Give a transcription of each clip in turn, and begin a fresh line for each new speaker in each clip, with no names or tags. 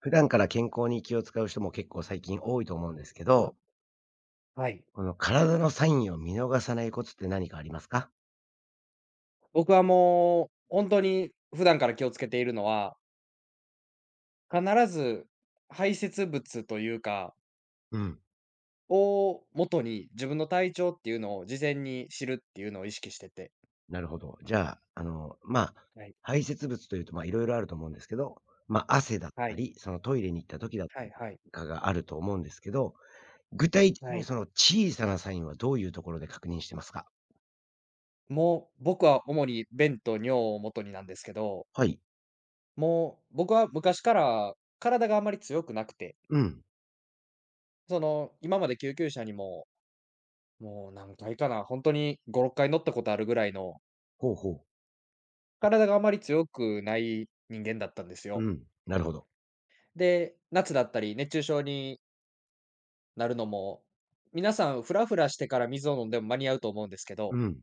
普段から健康に気を使う人も結構最近多いと思うんですけど、
はい。
この体のサインを見逃さないコツって何かありますか？
僕はもう、本当に普段から気をつけているのは、必ず排泄物というか、
うん、
を元に自分の体調っていうのを事前に知るっていうのを意識してて。
なるほど。じゃあ、
はい。
排泄物というと、いろいろあると思うんですけど、汗だっ
は
た
い。
り、そのトイレに行った時だった
は
り
い
と
はい。
かがあると思うんですけど、具体的
は
に
い。
その小さなサインはどういうところで確認してますか？
もう、僕は主に便と尿を元になんですけど、
はい。
もう、僕は昔から体があまり強くなくて、
うん。
その、今まで救急車にも、もう何回かな、本当に5、6回乗ったことあるぐらいの
ほうほう。
体があまり強くない人間だったんです
う
よ。
ん、なるほど。
で、夏だったり熱中症になるのも、皆さんフラフラしてから水を飲んでも間に合うと思うんですけ
う
ど、
ん。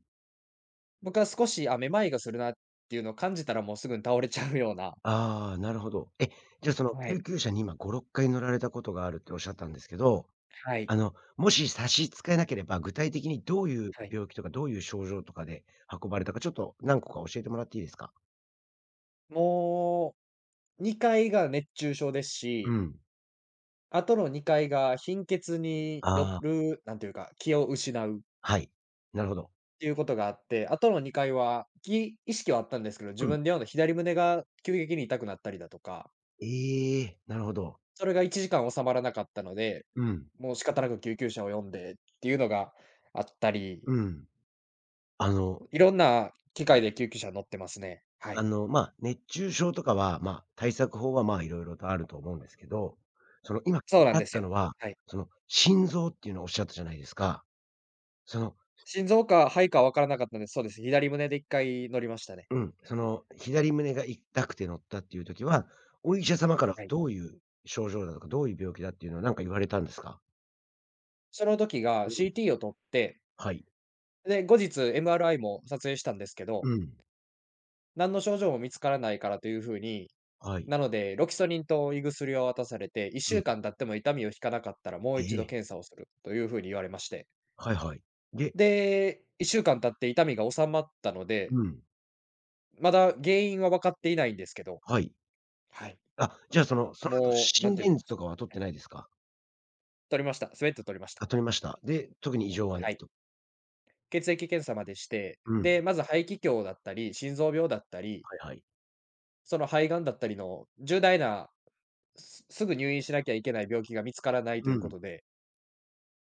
僕は少し、あ、めまいがするなっていうのを感じたらもうすぐに倒れちゃうような。
ああ、なるほど。え、じゃあその
は
救
い、
急車に今5、6回乗られたことがあるっておっしゃったんですけど、
はい、
もし差し支えなければ、具体的にどういう
はい。
病気とか、どういう症状とかで運ばれたか、ちょっと何個か教えてもらっていいですか？
もう2回が熱中症です
う
し、
ん。
あとの2回が貧血によ
ああ、
る、なんていうか、気を失う。
はい。なるほど。
ていうことがあって、あとの2回は、意識はあったんですけど、自
うん。
分で読んだ左胸が急激に痛くなったりだとか、
ええ、なるほど。
それが1時間収まらなかったので、
うん。
もう仕方なく救急車を呼んでっていうのがあったり、
うん。あの
いろんな機械で救急車乗ってますね。はい。
熱中症とかは、対策法は、いろいろとあると思うんですけど、今気
そ
に
うなん
な
で
っ
す
たの
よ。
は、
はい。
心臓っていうのをおっしゃったじゃないですか。その
心臓か肺かわからなかったんです、そうです。左胸で1回乗りましたね。
うん、その左胸が痛くて乗ったっていう時は、お医者様から
はい。
どういう症状だとか、どういう病気だっていうのは何か言われたんですか？
その時
う
が
ん。
CT を取って、
はい。
で、後日 MRI も撮影したんですけ
う
ど、
ん。
何の症状も見つからないからというふうに。
はい。
なので、ロキソニンと胃薬を渡されて、1
う
週
ん。
間経っても痛みを引かなかったらもう
え
一度
え。
検査をするというふうに言われまして。
はいはい。で、
で、1週間経って痛みが収まったので、
うん。
まだ原因は分かっていないんですけど、
はい。
はい。
あ、じゃあその後
もう、なん
心
ていう
電
か、
図とかは取っ
は
て
い、
ないですか？
取りました。スウェット取りました。
あ、取りました。で、特に異常はない
はい。
と。
血液検査までして、
うん。
で、まず肺気胸だったり、心臓病だったり、
はいはい。
その肺がんだったりの重大な、すぐ入院しなきゃいけない病気が見つからないと
う
いうこ
ん。
とで、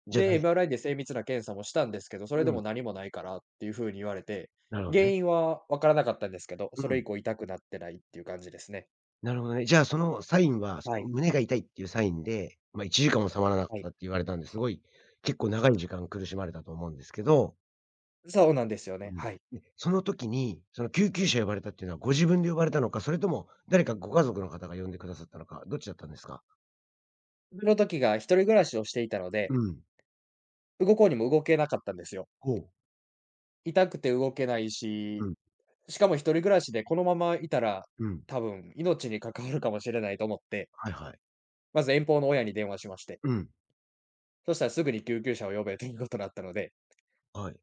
じゃな
で、
い。
MRI です精密な検査もしたんですけど、それ
う
で
ん、
も何もないからっていう風に言われて、
なるほど
原
ね。
因は分からなかったんですけど、
う
それ以
ん。
降痛くなってないっていう感じですね。
なるほどね。じゃあ、そのサインは、
は
その
い。
胸が痛いっていうサインで、1時間も治まらなかっ
はい。
たって言われたんで、すごい、結構長い時間苦しまれたと思うんですけど、
そうなんですよ
う
ね。
ん。
はい。
で、その時に、その救急車呼ばれたっていうのはご自分で呼ばれたのか、それとも誰かご家族の方が呼んでくださったのか、どっちだったんですか？
その時が一人暮らしをしていたので、
うん。
動こうにも動けなかったんですよ。
ほう。
痛くて動けない
う
し、
ん。
しかも一人暮らしでこのままいたら、
うん。
多分命に関わるかもしれないと思って、
はいはい。
まず遠方の親に電話しまして、
うん。
そしたらすぐに救急車を呼べということだったので、
はい。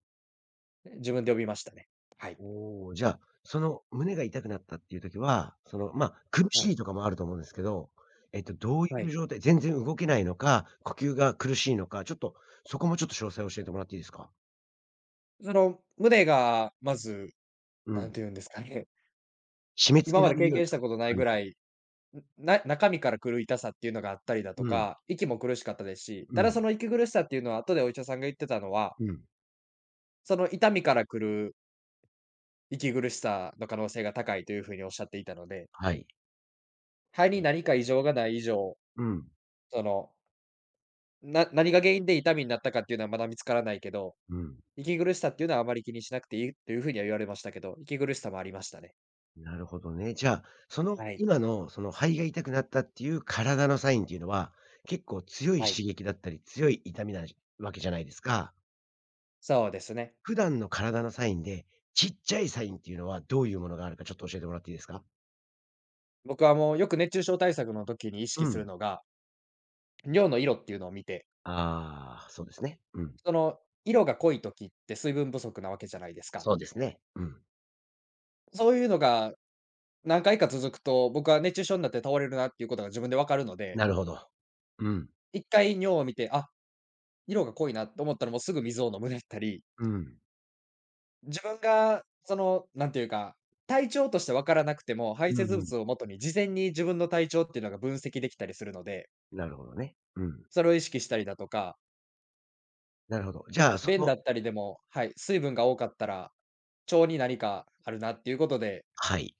自分で呼びましたね。はい。
おお、じゃあ、その胸が痛くなったっていう時は、苦
は
しい
い。
とかもあると思うんですけど、どうい
は
う
い。
状態、全然動けないのか、呼吸が苦しいのか、ちょっと、そこもちょっと詳細を教えてもらっていいですか？
その、胸がまず、
う
何
ん。
て言うんですかね、
締め 付
今
け
ま
ら
で
れる
経
よう
験し
な
たことない
感
ぐ
じ。
らい、中身から来る痛さっていうのがあったりだと
うん、
か、息も苦しかったですし、
う
ただ
ん、
その息苦しさっていうのは後でお医者さんが言ってたのは、
うん。
その痛みから来る息苦しさの可能性が高いという風におっしゃっていたので、
はい。
肺に何か異常がない以上、
うん、
その、何が原因で痛みになったかっていうのはまだ見つからないけど、
うん。
息苦しさっていうのはあまり気にしなくていいという風には言われましたけど、息苦しさもありましたね。
なるほどね。じゃあ、
はい、
今の、その肺が痛くなったっていう体のサインっていうのは、結構強い
は
刺
い。
激だったり、強い痛みなわけじゃないですか。
そうですね。
普段の体のサインで、ちっちゃいサインっていうのはどういうものがあるかちょっと教えてもらっていいですか？
僕はもうよく熱中症対策の時に意
う
識する
ん。
のが、尿の色っていうのを見て、
ああ、そうですね。うん。
その色が濃い時って水分不足なわけじゃないですか。
そうですね。うん。
そういうのが何回か続くと、僕は熱中症になって倒れるなっていうことが自分でわかるので、
なるほど。うん。
1回尿を見て、あ、色が濃いなと思ったらもうすぐ水を飲むだったり、
うん。
自分がその、なんていうか、体調としてわからなくても、排
う
泄
んうん。
物をもとに事前に自分の体調っていうのが分析できたりするので、
なるほどね。うん。
それを意識したりだとか。
なるほど。じゃあ、
便だったりでも、はい、水分が多かったら、腸に何かあるなっていうことで、
はい。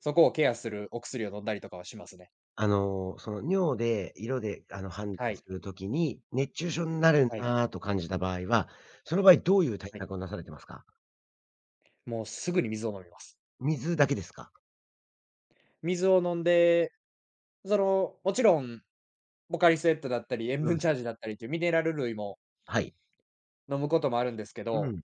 そこをケアするお薬を飲んだりとかはしますね。
その尿で、色で、判
は
断
い、
するときに、熱中症になる
はい、
なと感じた場合は、その場合どういう対
はい。
策をなされてますか？
もうすぐに水を飲みます。
水だけですか？
水を飲んで、その、もちろん、ポカリスエットだったり、塩
うん。
分チャージだったりっていうミネラル類も
はい。
飲むこともあるんですけ
う
ど、
ん。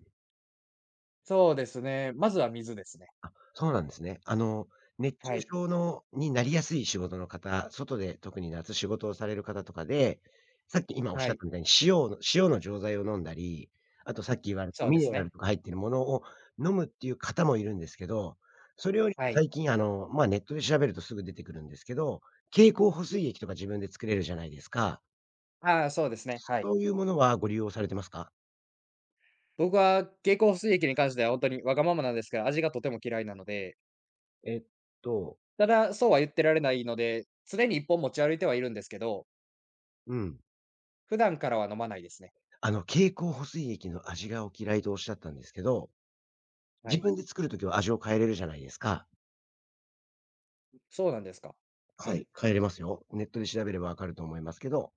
そうですね、まずは水ですね。
あ、そうなんですね。熱
は
中
い、
症のになりやすい仕事の方、外で特に夏仕事をされる方とかで、さっき今おっし
は
ゃっ
い、
たみたいに塩の錠剤を飲んだり、あとさっき言われた
そう
ミ
で
ネ
す
ラル
ね。
とか入ってるものを飲むっていう方もいるんですけど、それより
は
も
い。
最近ネットで調べるとすぐ出てくるんですけど、経口補水液とか自分で作れるじゃないですか。
ああ、そうですね、はい。
そういうものはご利用されてますか？
僕は蛍光水液に関しては本当にわがままなんですけど味がとても嫌いなので、
えっと、
ただ、そうは言ってられないので、常に一本持ち歩いてはいるんですけど、
うん。
普段からは飲まないですね。
蛍光補水液の味がお嫌いとおっしゃったんですけど、
は
自
い。
分で作るときは味を変えれるじゃないですか。
そうなんですか。
は
は
い、
い。
変えれますよ。ネットで調べればわかると思いますけど、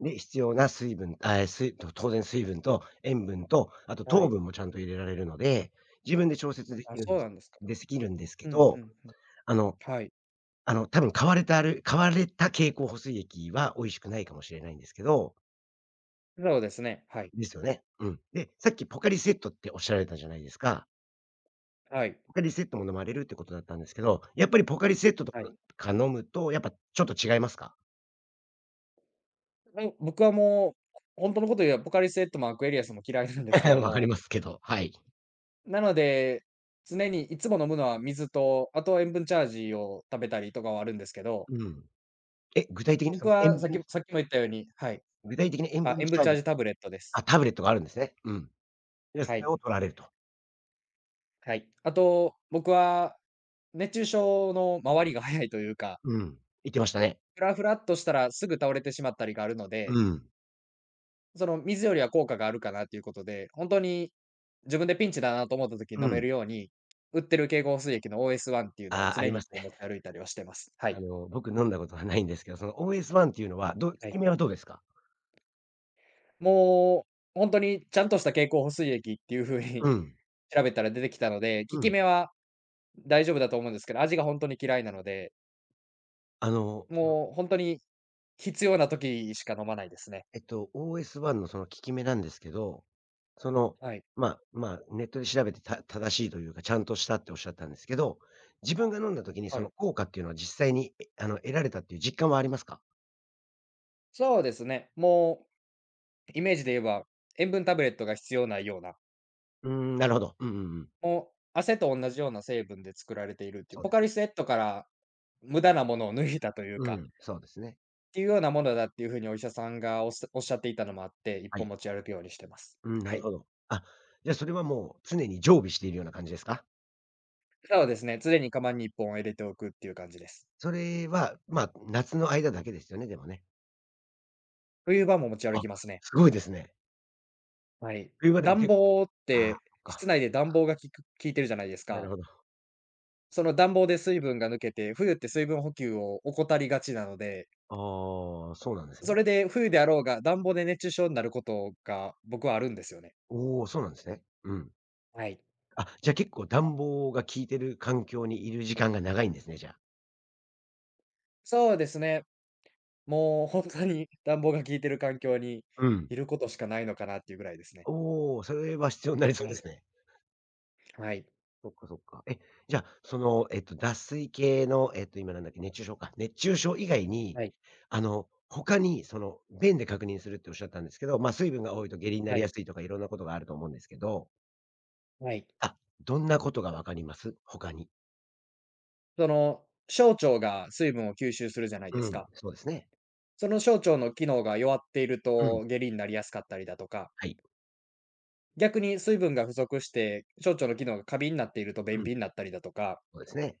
で、必要な水分、水と当然水分と塩分と、あと
は
糖
い。
分もちゃんと入れられるので、自分で調節
あ、そうなんですか。
できるんですけ
うん、ふ
ど、
んふん。
あの
はい。
多分買われた経口補水液は美味しくないかもしれないんですけど、
そうですね。はい。
ですよね。うん。で、さっきポカリスエットっておっしゃられたじゃないですか。
はい。
ポカリスエットも飲まれるってことだったんですけど、やっぱりポカリスエットと
はい。
か飲むと、やっぱちょっと違いますか？
もう僕はもう、ほんとのこと言えばポカリスエットもアクエリアスも嫌いなんですけ ど
わかり
も、
ますけど、はい。
なので、常にいつも飲むのは水と、あとは塩分チャージを食べたりとかはあるんですけど、
うん。え、
僕はさっきさっきも言ったようにはい。
具体的な塩
あ、
分
塩
チ
分
ャー
チャ
ジ。
ージタブレットで
あ、
す。
タブレットがあるんですね。うん。で、
は
それ
い。
を取られると。
はい。あと、僕は熱中症の回りが早いというか、
うん。言ってましたね。
フラフラっとしたらすぐ倒れてしまったりがあるの
う
で、
ん。
その水よりは効果があるかなということで、本当に自分でピンチだなと思った時に
う
飲め
ん。
るように、売ってる経口補水液の OS1 っていうのを
ああ、あり
常に
ま
1
す
本持ち
ね。
歩いたりはしてます。はい。
僕飲んだことはないんですけど、その OS1 っていうのは、効
は
き
い。
目はどうですか？
もう本当にちゃんとした経口補水液っていう風
う
に
ん。
調べたら出てきたので、効
う
き
ん。
目は大丈夫だと思うんですけど、味が本当に嫌いなので、
あの
もう本当に必要な時しか飲まないですね。
OS1 のその効き目なんですけど、その、
はい。
ネットで調べてた正しいというか、ちゃんとしたっておっしゃったんですけど、自分が飲んだ時にそ
は
の
い。
効果っていうのは実際に、え、あの、得られたっていう実感はありますか？
そうですね。もうイメージで言えば、塩分タブレットが必要ないような、
うーん、なるほど。うんうんうん。
もう汗と同じような成分で作られているってい
そ
う、
う
ポ
で
カ
す
リスエ
ね。
ットから無駄なものを抜いたというか、っ
うん、そうですね。
ていうようなものだっていうふうにお医者さんがおっしゃっていたのもあって、一
はい。
本持ち歩くようにしてます。
うん、な
は
る
い。
ほど。あ、じゃあそれはもう常に常備しているような感じですか？
そうですね、常にカバンに一本入れておくっていう感じです。
それは、夏の間だけですよね、でもね。
冬場も持ち歩
あ、
きますね。
すごいですね。
はい。
冬場でも
暖
け、
房っ
ああ、
て、
そっ
室
か。
内で暖房が効いてるじゃないです
なる
か。
ほど。
その暖房で水分が抜けて、冬って水分補給を怠りがちなので、
ああ、そうなんです
そ
ね。
れで冬であろうが、暖房で熱中症になることが僕はあるんですよね。
おお、そうなんですね。うん。
はい。
あ、じゃあ結構暖房が効いてる環境にいる時間が長いんですね、じゃあ。
そうですね。もう本当に暖房が効いてる環境に
うん。
いることしかないのかなっていうぐらいですね。
おお、それは必要になりそう
は
で
い、
すね。
はい、
そっかそっか。え、じゃあ、脱水系の、今なんだっけ、熱中症か。熱中症以外に、
はい、
他に、便で確認するっておっしゃったんですけど、水分が多いと下痢にな
は
りや
い、
すいとかいろんなことがあると思うんですけど、
はい。
あ、どんなことがわかります？他に。
その、小腸が水分を吸収するじゃないで
う
す
ん、
か。
そうですね。
その小腸の機能が弱っている
うん、
と、下痢になりやすかったりだとか、
はい。
逆に水分が不足して、小腸の機能が過敏になっていると
う
便
ん、
秘になったりだとか、
そうですね。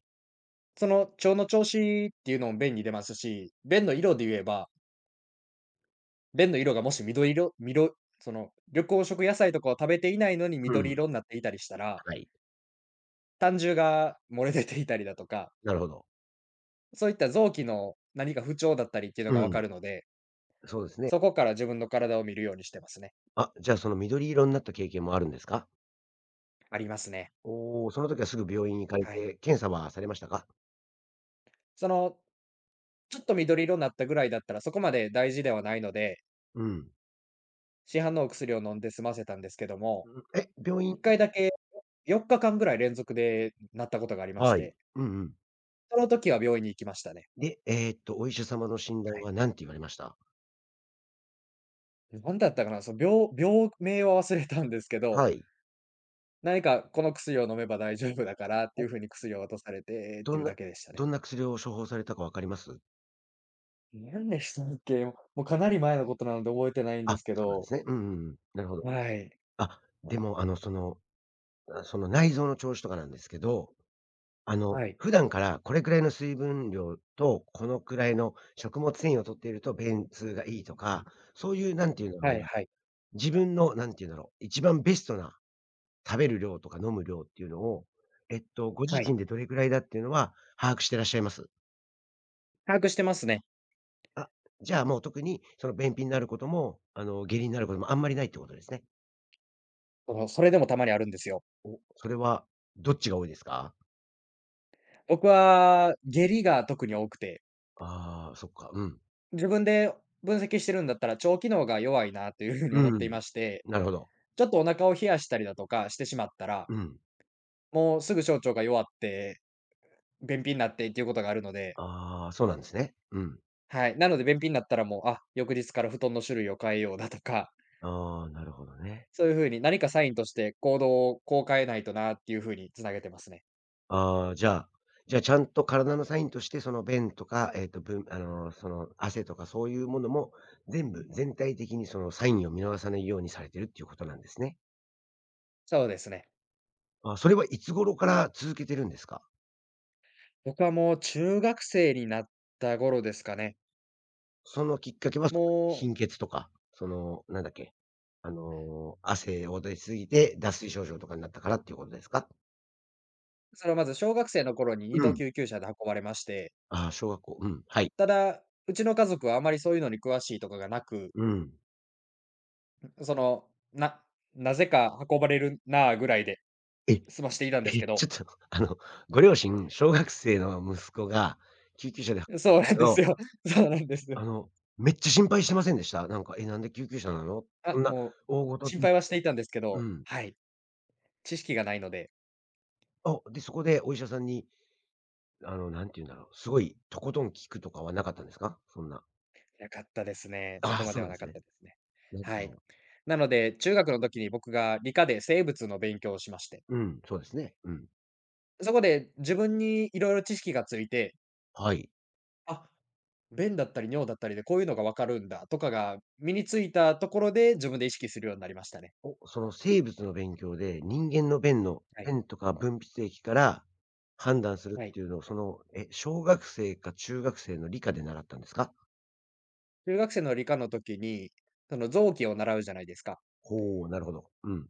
その腸の調子っていうのも便に出ますし、便の色で言えば便の色がもし緑色、緑黄色野菜とかを食べていないのに
う
緑
ん、
色になっていたりしたら、
はい。
胆汁が漏れ出ていたりだとか、
なるほど。
そういった臓器の何か不調だったりっていうの
う
が分か
ん。
るので、
そうですね。
そこから自分の体を見るようにしてますね。
あ、じゃあその緑色になった経験もあるんですか？
ありますね。
おおー、その時はすぐ病院に行かれ
はい。
て、検査はされましたか？
その、ちょっと緑色になったぐらいだったら、そこまで大事ではないので、
うん。
市販のお薬を飲んで済ませたんですけども、
うん、え、病院。
1回だけ、4日間ぐらい連続でなったことがありまし
はい。
て、
うんうん。
その時は病院に行きましたね。
で、お医者様の診断
はい。
は何て言われました？
なんだったかな、病名は忘れたんですけど、
はい。
何かこの薬を飲めば大丈夫だからってい
お、
う風に薬を渡されてっ
ど
てい
ん
う
な
だけでしたね。
どんな薬を処方されたかわかります？
何でしたっけ？もうかなり前のことなので覚えてないんで
あ、
すけ
そうなんで
ど、
すね。うんうんうん。なるほど。
はい。
あ、でもその内臓の調子とかなんですけど、
はい。
普段からこれくらいの水分量と、このくらいの食物繊維を摂っていると便通がいいとか、そういうなんていうんだろう
はい
な、
はい。
自分のなんていうんだろう、一番ベストな食べる量とか飲む量っていうのを、ご
は
自
い。
身でどれくらいだっていうのは把握してらっしゃいます？
把握してますね。
あ、じゃあ、もう特にその便秘になることも、下痢になることもあんまりないってことですね。
その、それでもたまにあるんですよ。
お、それはどっちが多いですか？
僕は下痢が特に多くて、
ああー、そっか、うん。
自分で分析してるんだったら腸機能が弱いなという風に
う
思ってい
ん。
まして、
なるほど。
ちょっとお腹を冷やしたりだとかしてしまったら、
うん。
もうすぐ小腸が弱って便秘になってっていうことがあるので、
ああ、そうなんですね。うん。
はい。なので便秘になったらもう、あ、翌日から布団の種類を変えようだとか、
ああ、なるほどね。
そういう風に何かサインとして行動をこう変えないとなっていう風に繋げてますね。
ああ、じゃあちゃんと体のサインとして、その便とか、えっと、ぶあのー、その汗とかそういうものも、全部全体的にそのサインを見逃さないようにされてるっていうことなんですね。
そうですね。
あ、それはいつ頃から続けてるんですか？
僕はもう中学生になった頃ですかね。
そのきっかけは、その
もう、
貧血とか、なんだっけ、汗を出しすぎて脱水症状とかになったからっていうことですか？
それはまず小学生の頃に二
う
度
ん。
救急車で運ばれまして、
ああ、小学校。うん、はい。
ただ、うちの家族はあまりそういうのに詳しいとかがなく、
うん。
その、なぜか運ばれるなあぐらいで
え
済ましていたんです
え、
け
ち
ど、
ょっと、ご両親、小学生の息子が救急車で
そうなんで
ど、
すよ。そうなんです。
あの、めっちゃ心配してませんでした？なんか、「え、なんで救急車なの？こ
あ、
んな
もう、
大事
心
で」
配はしていたんですけ
う
ど、
ん。
はい、知識がないので、
あ、で、そこでお医者さんに、なんて言うんだろう、すごいとことん聞くとかはなかったんですか？そんな。
なかったですね。そ
あ
こ
あ、
ま
そ
で
うな
は
んで
な
す
かっ
ね。
たですね。
なるほ
はい。
ど。
なので、中学の時に僕が理科で生物の勉強をしまして、
うん、そうですね。うん。
そこで自分にいろいろ知識がついて、
はい。
あ、便だったり尿だったりでこういうのがわかるんだとかが身についたところで、自分で意識するようになりましたね。
お、その生物の勉強で、人間の
はい、
便とか分泌液から判断する
は
っ
い。
ていうのを、小学生か中学生の理科で習ったんですか？
中学生の理科の時に、その臓器を習うじゃないですか。
ほうなるほど。うん。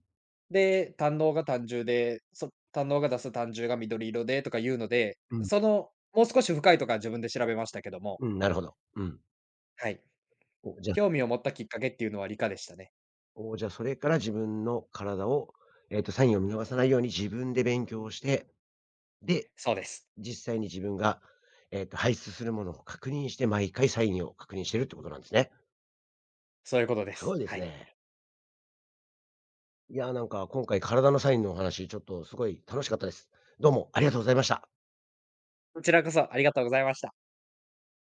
で、胆のうが胆汁で、胆のうが出す胆汁が緑色でとかいうので、
うん。
その、もう少し深いとこは自分で調べましたけども、
うん、なるほど。うん。
はい。
お、
興味を持ったきっかけっていうのは理科でしたね。
じゃそれから自分の体を、サインを見逃さないように自分で勉強して、で、
そうです。
実際に自分が、排出するものを確認して、毎回サインを確認してるってことなんですね。
そういうことで
すご
す。
いで
は
す
い。
ね。いや、なんか今回体のサインのお話、ちょっとすごい楽しかったです。どうもありがとうございました。
こちらこそありがとうございました。